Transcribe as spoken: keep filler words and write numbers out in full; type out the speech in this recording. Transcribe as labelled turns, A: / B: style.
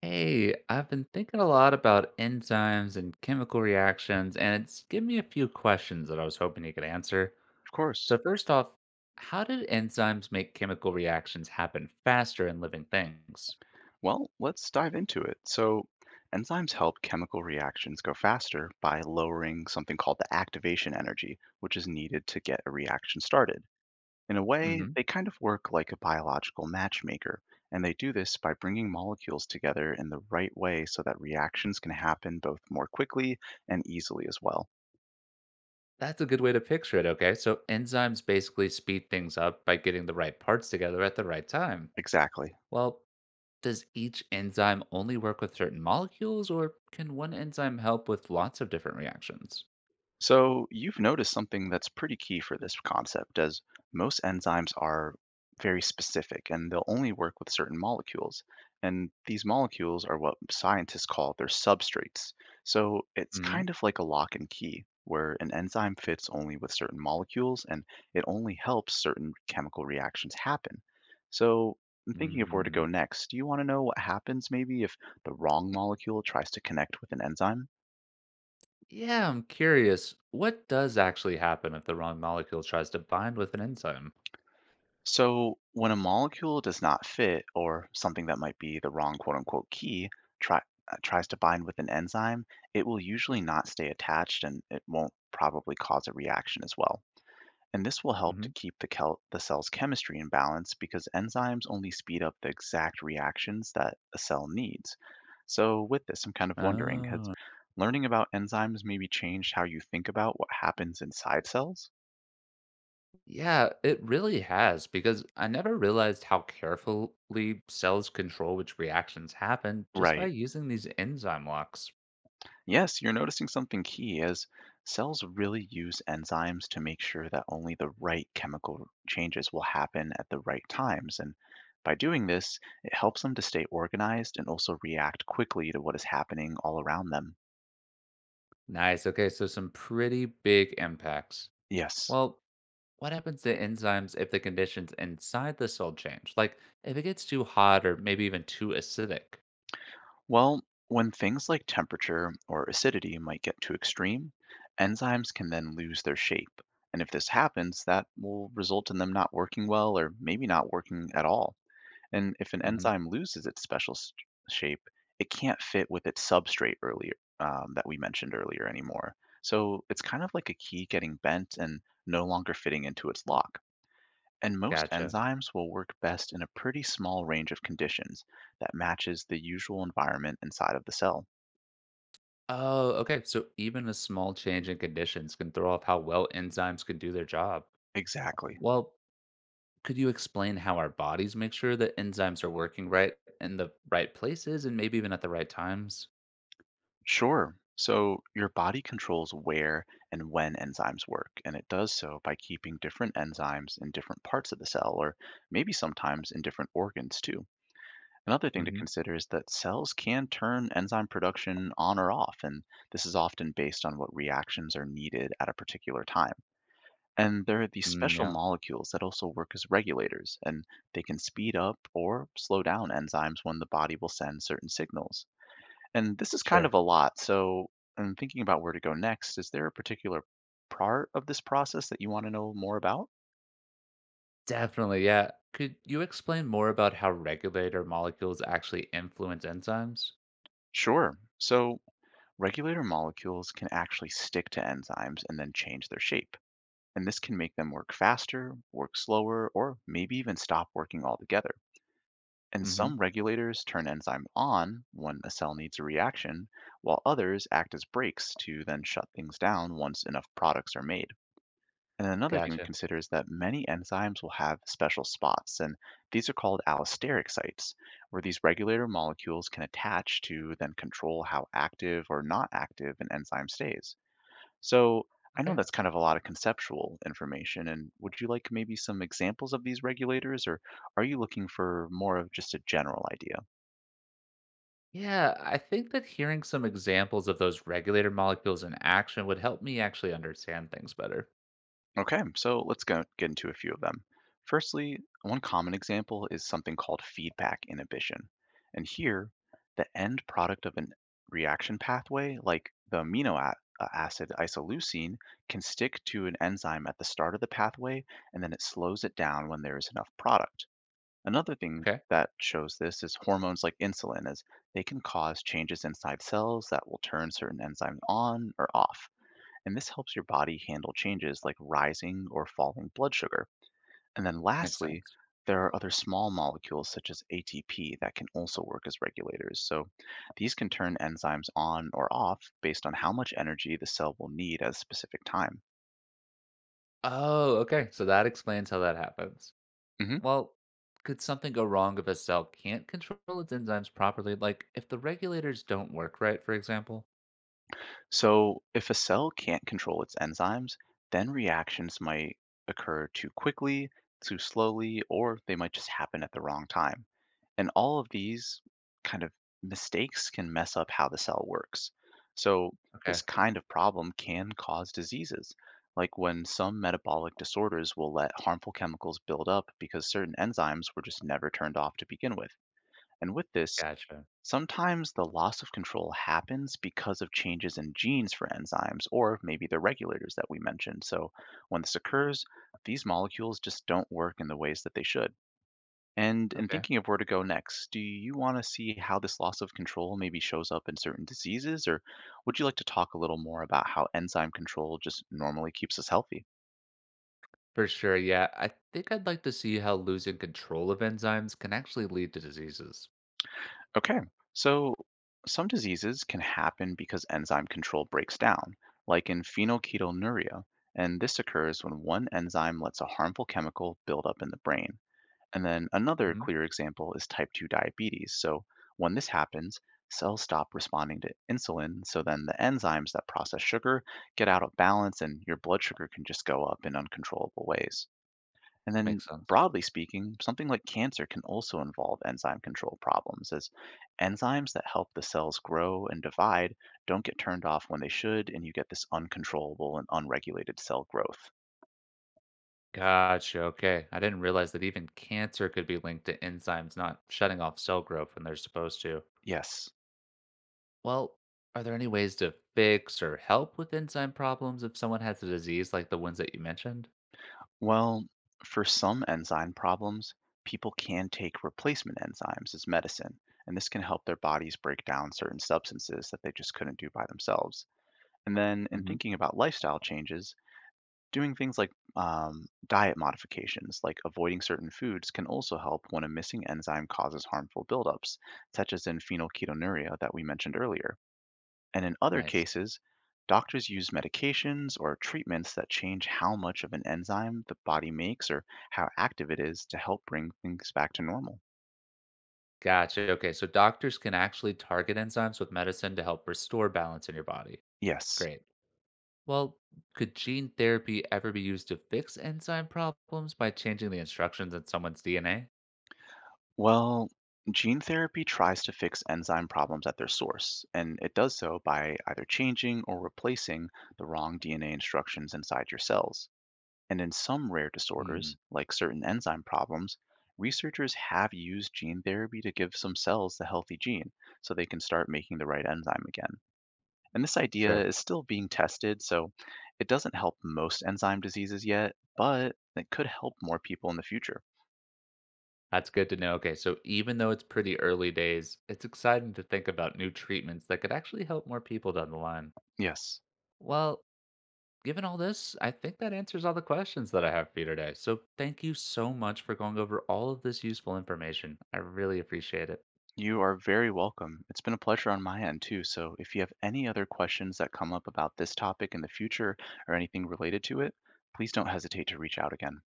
A: Hey, I've been thinking a lot about enzymes and chemical reactions, and it's given me a few questions that I was hoping you could answer.
B: Of course.
A: So, first off, how did enzymes make chemical reactions happen faster in living things?
B: Well, let's dive into it. So, enzymes help chemical reactions go faster by lowering something called the activation energy, which is needed to get a reaction started. In a way,
A: Hmm.
B: they kind of work like a biological matchmaker, and they do this by bringing molecules together in the right way so that reactions can happen both more quickly and easily as well.
A: That's a good way to picture it, okay? So, enzymes basically speed things up by getting the right parts together at the right time.
B: Exactly.
A: Well, does each enzyme only work with certain molecules, or can one enzyme help with lots of different reactions?
B: So you've noticed something that's pretty key for this concept, as most enzymes are very specific and they'll only work with certain molecules. And these molecules are what scientists call their substrates. So it's kind of like a lock and key, where an enzyme fits only with certain molecules and it only helps certain chemical reactions happen. So I'm thinking of where to
A: Mm-hmm.
B: go next. Do you want to know what happens maybe if the wrong molecule tries to connect with an enzyme?
A: Yeah, I'm curious. What does actually happen if the wrong molecule tries to bind with an enzyme?
B: So, when a molecule does not fit, or something that might be the wrong quote unquote key try, uh, tries to bind with an enzyme, it will usually not stay attached and it won't probably cause a reaction as well. And this will help to
A: Hmm.
B: keep the, kel- the cell's chemistry in balance because enzymes only speed up the exact reactions that a cell needs. So, with this, I'm kind of wondering has
A: Oh,
B: learning about enzymes maybe changed how you think about what happens inside cells?
A: yeah, it really has, because I never realized how carefully cells control which reactions happen just by
B: Right.
A: using these enzyme locks.
B: Yes, you're noticing something key as cells really use enzymes to make sure that only the right chemical changes will happen at the right times. And by doing this, it helps them to stay organized and also react quickly to what is happening all around them.
A: Nice. Okay, so some pretty big impacts.
B: Yes.
A: Well, what happens to enzymes if the conditions inside the cell change? Like if it gets too hot or maybe even too acidic?
B: Well, when things like temperature or acidity might get too extreme, enzymes can then lose their shape. And if this happens, that will result in them not working well or maybe not working at all. And if an
A: Hmm.
B: enzyme loses its special s- shape, it can't fit with its substrate earlier um, that we mentioned earlier anymore. So it's kind of like a key getting bent and no longer fitting into its lock. And most
A: Gotcha.
B: enzymes will work best in a pretty small range of conditions that matches the usual environment inside of the cell.
A: Oh, okay. So even a small change in conditions can throw off how well enzymes can do their job.
B: Exactly.
A: Well, could you explain how our bodies make sure that enzymes are working right in the right places and maybe even at the right times?
B: Sure. So your body controls where and when enzymes work, and it does so by keeping different enzymes in different parts of the cell, or maybe sometimes in different organs too. Another thing to
A: Mm-hmm.
B: consider is that cells can turn enzyme production on or off, and this is often based on what reactions are needed at a particular time. And there are these
A: Mm,
B: special
A: yeah,
B: molecules that also work as regulators, and they can speed up or slow down enzymes when the body will send certain signals. And this is kind
A: sure.
B: of a lot. So I'm thinking about where to go next. Is there a particular part of this process that you want to know more about?
A: Definitely. Yeah. Could you explain more about how regulator molecules actually influence enzymes?
B: Sure. So regulator molecules can actually stick to enzymes and then change their shape. And this can make them work faster, work slower, or maybe even stop working altogether. And
A: Mm-hmm.
B: some regulators turn enzyme on when a cell needs a reaction, while others act as brakes to then shut things down once enough products are made. And another thing to
A: Gotcha.
B: consider is that many enzymes will have special spots, and these are called allosteric sites, where these regulator molecules can attach to then control how active or not active an enzyme stays. So I know
A: Okay.
B: that's kind of a lot of conceptual information, and would you like maybe some examples of these regulators, or are you looking for more of just a general idea?
A: Yeah, I think that hearing some examples of those regulator molecules in action would help me actually understand things better.
B: Okay, so let's go get into a few of them. Firstly, one common example is something called feedback inhibition. And here, the end product of a reaction pathway, like the amino a- uh, acid isoleucine, can stick to an enzyme at the start of the pathway, and then it slows it down when there is enough product. Another thing
A: Okay.
B: that shows this is hormones like insulin, as they can cause changes inside cells that will turn certain enzymes on or off and this helps your body handle changes like rising or falling blood sugar. And then
A: Makes
B: lastly,
A: sense.
B: there are other small molecules such as A T P that can also work as regulators. So these can turn enzymes on or off based on how much energy the cell will need at a specific time.
A: Oh, okay. So that explains how that happens.
B: Mhm.
A: Well, could something go wrong if a cell can't control its enzymes properly? Like if the regulators don't work right, for example?
B: So, if a cell can't control its enzymes, then reactions might occur too quickly, too slowly, or they might just happen at the wrong time. And all of these kind of mistakes can mess up how the cell works. So, this
A: Okay.
B: kind of problem can cause diseases, like when some metabolic disorders will let harmful chemicals build up because certain enzymes were just never turned off to begin with. And with this,
A: Gotcha.
B: sometimes the loss of control happens because of changes in genes for enzymes or maybe the regulators that we mentioned. So when this occurs, these molecules just don't work in the ways that they should. And in
A: Okay.
B: thinking of where to go next, do you want to see how this loss of control maybe shows up in certain diseases, or would you like to talk a little more about how enzyme control just normally keeps us healthy?
A: For sure. Yeah. I think I'd like to see how losing control of enzymes can actually lead to diseases.
B: Okay, so some diseases can happen because enzyme control breaks down, like in phenylketonuria, and this occurs when one enzyme lets a harmful chemical build up in the brain. And then another
A: Hmm.
B: clear example is type two diabetes. So when this happens, cells stop responding to insulin, so then the enzymes that process sugar get out of balance and your blood sugar can just go up in uncontrollable ways. And then,
A: Makes sense.
B: broadly speaking, something like cancer can also involve enzyme control problems, as enzymes that help the cells grow and divide don't get turned off when they should, and you get this uncontrollable and unregulated cell growth.
A: Gotcha. Okay. I didn't realize that even cancer could be linked to enzymes not shutting off cell growth when they're supposed to.
B: Yes.
A: Well, are there any ways to fix or help with enzyme problems if someone has a disease like the ones that you mentioned?
B: Well, for some enzyme problems, people can take replacement enzymes as medicine, and this can help their bodies break down certain substances that they just couldn't do by themselves. And then, in
A: Hmm.
B: thinking about lifestyle changes, doing things like um, diet modifications, like avoiding certain foods, can also help when a missing enzyme causes harmful buildups, such as in phenylketonuria that we mentioned earlier. And in other
A: Nice.
B: cases, doctors use medications or treatments that change how much of an enzyme the body makes or how active it is to help bring things back to normal.
A: Gotcha. Okay, so doctors can actually target enzymes with medicine to help restore balance in your body.
B: Yes.
A: Great. Well, could gene therapy ever be used to fix enzyme problems by changing the instructions in someone's D N A?
B: Well, gene therapy tries to fix enzyme problems at their source, and it does so by either changing or replacing the wrong D N A instructions inside your cells. And in some rare
A: Hmm,
B: disorders, like certain enzyme problems, researchers have used gene therapy to give some cells the healthy gene so they can start making the right enzyme again. And this idea
A: sure.
B: is still being tested, so it doesn't help most enzyme diseases yet, but it could help more people in the future.
A: That's good to know. Okay, so even though it's pretty early days, it's exciting to think about new treatments that could actually help more people down the line.
B: Yes,
A: Well, given all this, I think that answers all the questions that I have for you today. So, thank you so much for going over all of this useful information. I really appreciate it.
B: you are very welcome. It's been a pleasure on my end too. So if you have any other questions that come up about this topic in the future or anything related to it, please don't hesitate to reach out again.